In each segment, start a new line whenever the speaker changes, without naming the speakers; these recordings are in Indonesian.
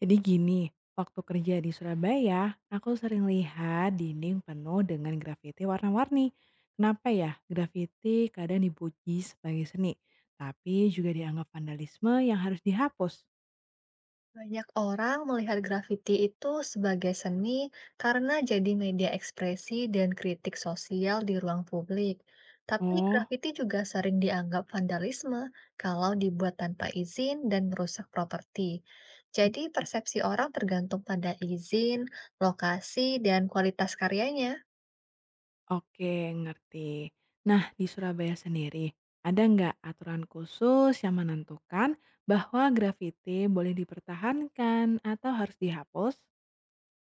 Jadi gini, waktu kerja di Surabaya, aku sering lihat dinding penuh dengan grafiti warna-warni. Kenapa ya grafiti kadang dipuji sebagai seni, tapi juga dianggap vandalisme yang harus dihapus?
Banyak orang melihat grafiti itu sebagai seni karena jadi media ekspresi dan kritik sosial di ruang publik. Tapi
Oh,
grafiti juga sering dianggap vandalisme kalau dibuat tanpa izin dan merusak properti. Jadi persepsi orang tergantung pada izin, lokasi, dan kualitas karyanya.
oke ngerti. Nah, di Surabaya sendiri, ada nggak aturan khusus yang menentukan bahwa grafiti boleh dipertahankan atau harus dihapus?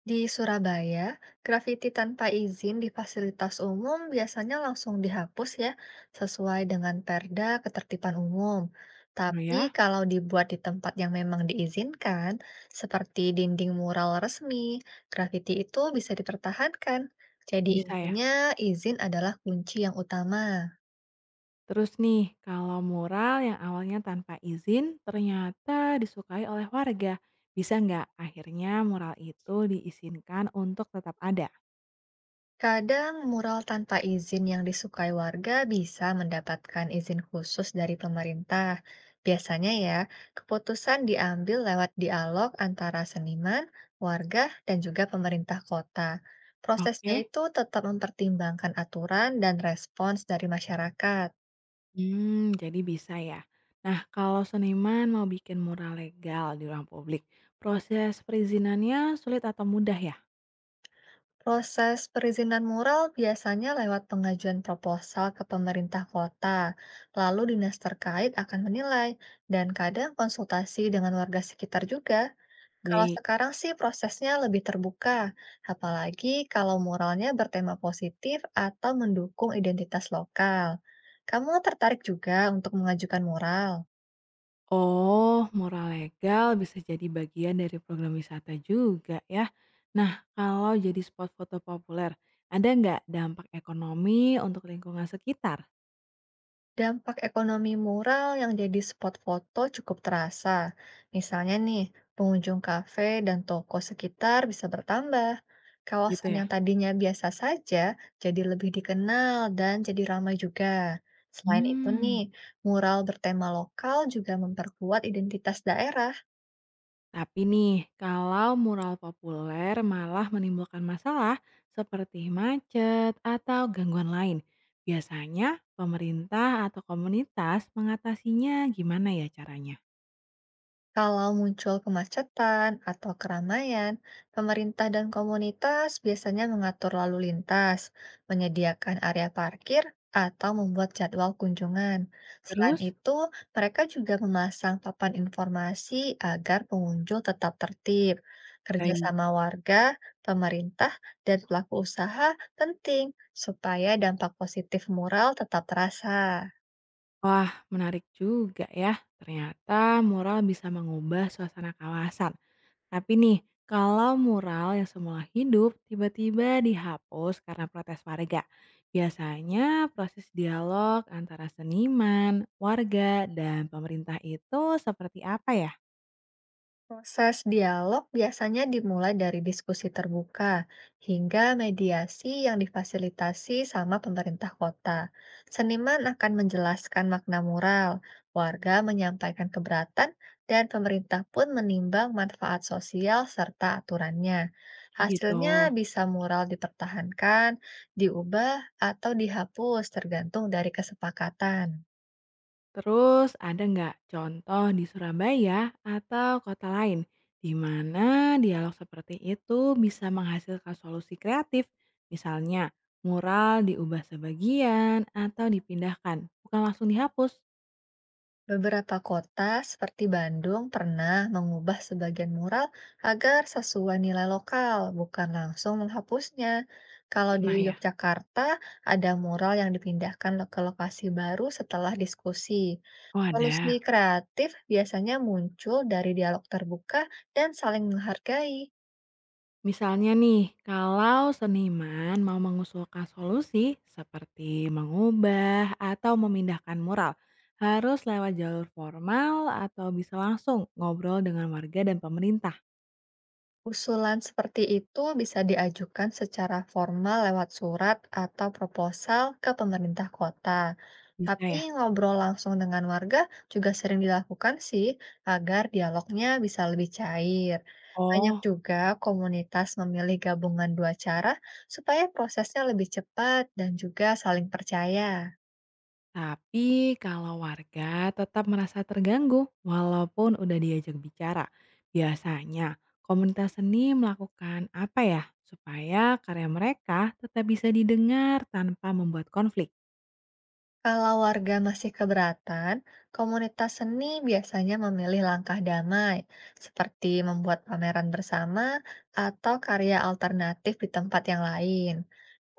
Di Surabaya, grafiti tanpa izin di fasilitas umum biasanya langsung dihapus ya, sesuai dengan Perda Ketertiban Umum.
Oh
Tapi
ya,
kalau dibuat di tempat yang memang diizinkan, seperti dinding mural resmi, grafiti itu bisa dipertahankan. Jadi
bisa ya?
intinya izin adalah kunci yang utama.
Terus nih, kalau mural yang awalnya tanpa izin ternyata disukai oleh warga, bisa nggak akhirnya mural itu diizinkan untuk tetap ada?
Kadang mural tanpa izin yang disukai warga bisa mendapatkan izin khusus dari pemerintah. Biasanya ya, keputusan diambil lewat dialog antara seniman, warga, dan juga pemerintah kota. Prosesnya
Oke,
itu tetap mempertimbangkan aturan dan respons dari masyarakat.
hmm, jadi bisa ya. Nah, kalau seniman mau bikin mural legal di ruang publik, proses perizinannya sulit atau mudah ya?
Proses perizinan mural biasanya lewat pengajuan proposal ke pemerintah kota, lalu dinas terkait akan menilai, dan kadang konsultasi dengan warga sekitar juga. Kalau
Baik.
sekarang sih prosesnya lebih terbuka, apalagi kalau moralnya bertema positif atau mendukung identitas lokal. Kamu tertarik juga untuk mengajukan moral?
Oh, murah legal bisa jadi bagian dari program wisata juga ya. Nah, kalau jadi spot foto populer, ada nggak dampak ekonomi untuk lingkungan sekitar
Dampak ekonomi mural yang jadi spot foto cukup terasa. Misalnya nih, pengunjung kafe dan toko sekitar bisa bertambah.
gitu
Kawasan
ya?
yang tadinya biasa saja jadi lebih dikenal dan jadi ramai juga. Selain itu nih,
Hmm,
mural bertema lokal juga memperkuat identitas daerah.
Tapi nih, kalau mural populer malah menimbulkan masalah seperti macet atau gangguan lain, biasanya pemerintah atau komunitas mengatasinya gimana ya caranya?
Kalau muncul kemacetan atau keramaian, pemerintah dan komunitas biasanya mengatur lalu lintas, menyediakan area parkir, atau membuat jadwal kunjungan. Selain
Terus?
itu, mereka juga memasang papan informasi agar pengunjung tetap tertib.
Baik.
Kerjasama warga, pemerintah, dan pelaku usaha penting supaya dampak positif mural tetap terasa.
Wah, menarik juga ya. Ternyata mural bisa mengubah suasana kawasan. Tapi nih, kalau mural yang semula hidup tiba-tiba dihapus karena protes warga, biasanya proses dialog antara seniman, warga, dan pemerintah itu seperti apa ya?
Proses dialog biasanya dimulai dari diskusi terbuka hingga mediasi yang difasilitasi sama pemerintah kota. Seniman akan menjelaskan makna mural, warga menyampaikan keberatan, dan pemerintah pun menimbang manfaat sosial serta aturannya.
Begitu.
Hasilnya bisa mural dipertahankan, diubah, atau dihapus tergantung dari kesepakatan.
Terus ada nggak contoh di Surabaya atau kota lain di mana dialog seperti itu bisa menghasilkan solusi kreatif? Misalnya, mural diubah sebagian atau dipindahkan, bukan langsung dihapus.
Beberapa kota seperti Bandung pernah mengubah sebagian mural agar sesuai nilai lokal, bukan langsung menghapusnya. Kalau di
Pernah ya?
Yogyakarta, ada mural yang dipindahkan ke lokasi baru setelah diskusi.
Oh
Solusi
ada.
kreatif biasanya muncul dari dialog terbuka dan saling menghargai.
Misalnya nih, kalau seniman mau mengusulkan solusi seperti mengubah atau memindahkan mural, harus lewat jalur formal atau bisa langsung ngobrol dengan warga dan pemerintah.
Usulan seperti itu bisa diajukan secara formal lewat surat atau proposal ke pemerintah kota.
Bisa
Tapi
ya?
ngobrol langsung dengan warga juga sering dilakukan sih, agar dialognya bisa lebih cair. Banyak
Oh,
juga komunitas memilih gabungan dua cara supaya prosesnya lebih cepat dan juga saling percaya.
tapi kalau warga tetap merasa terganggu walaupun udah diajak bicara, biasanya komunitas seni melakukan apa ya supaya karya mereka tetap bisa didengar tanpa membuat konflik?
Kalau warga masih keberatan, komunitas seni biasanya memilih langkah damai, seperti membuat pameran bersama atau karya alternatif di tempat yang lain.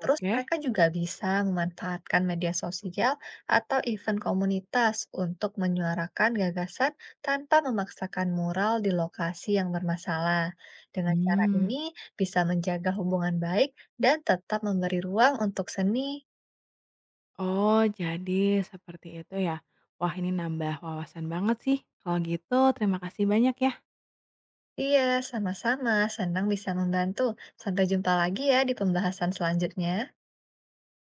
Terus mereka juga bisa memanfaatkan media sosial atau event komunitas untuk menyuarakan gagasan tanpa memaksakan mural di lokasi yang bermasalah. Dengan cara
hmm.
ini bisa menjaga hubungan baik dan tetap memberi ruang untuk seni.
Oh, jadi seperti itu ya. Wah, ini nambah wawasan banget sih. Kalau gitu, terima kasih banyak ya.
Iya, sama-sama. Senang bisa membantu. Sampai jumpa lagi ya di pembahasan selanjutnya.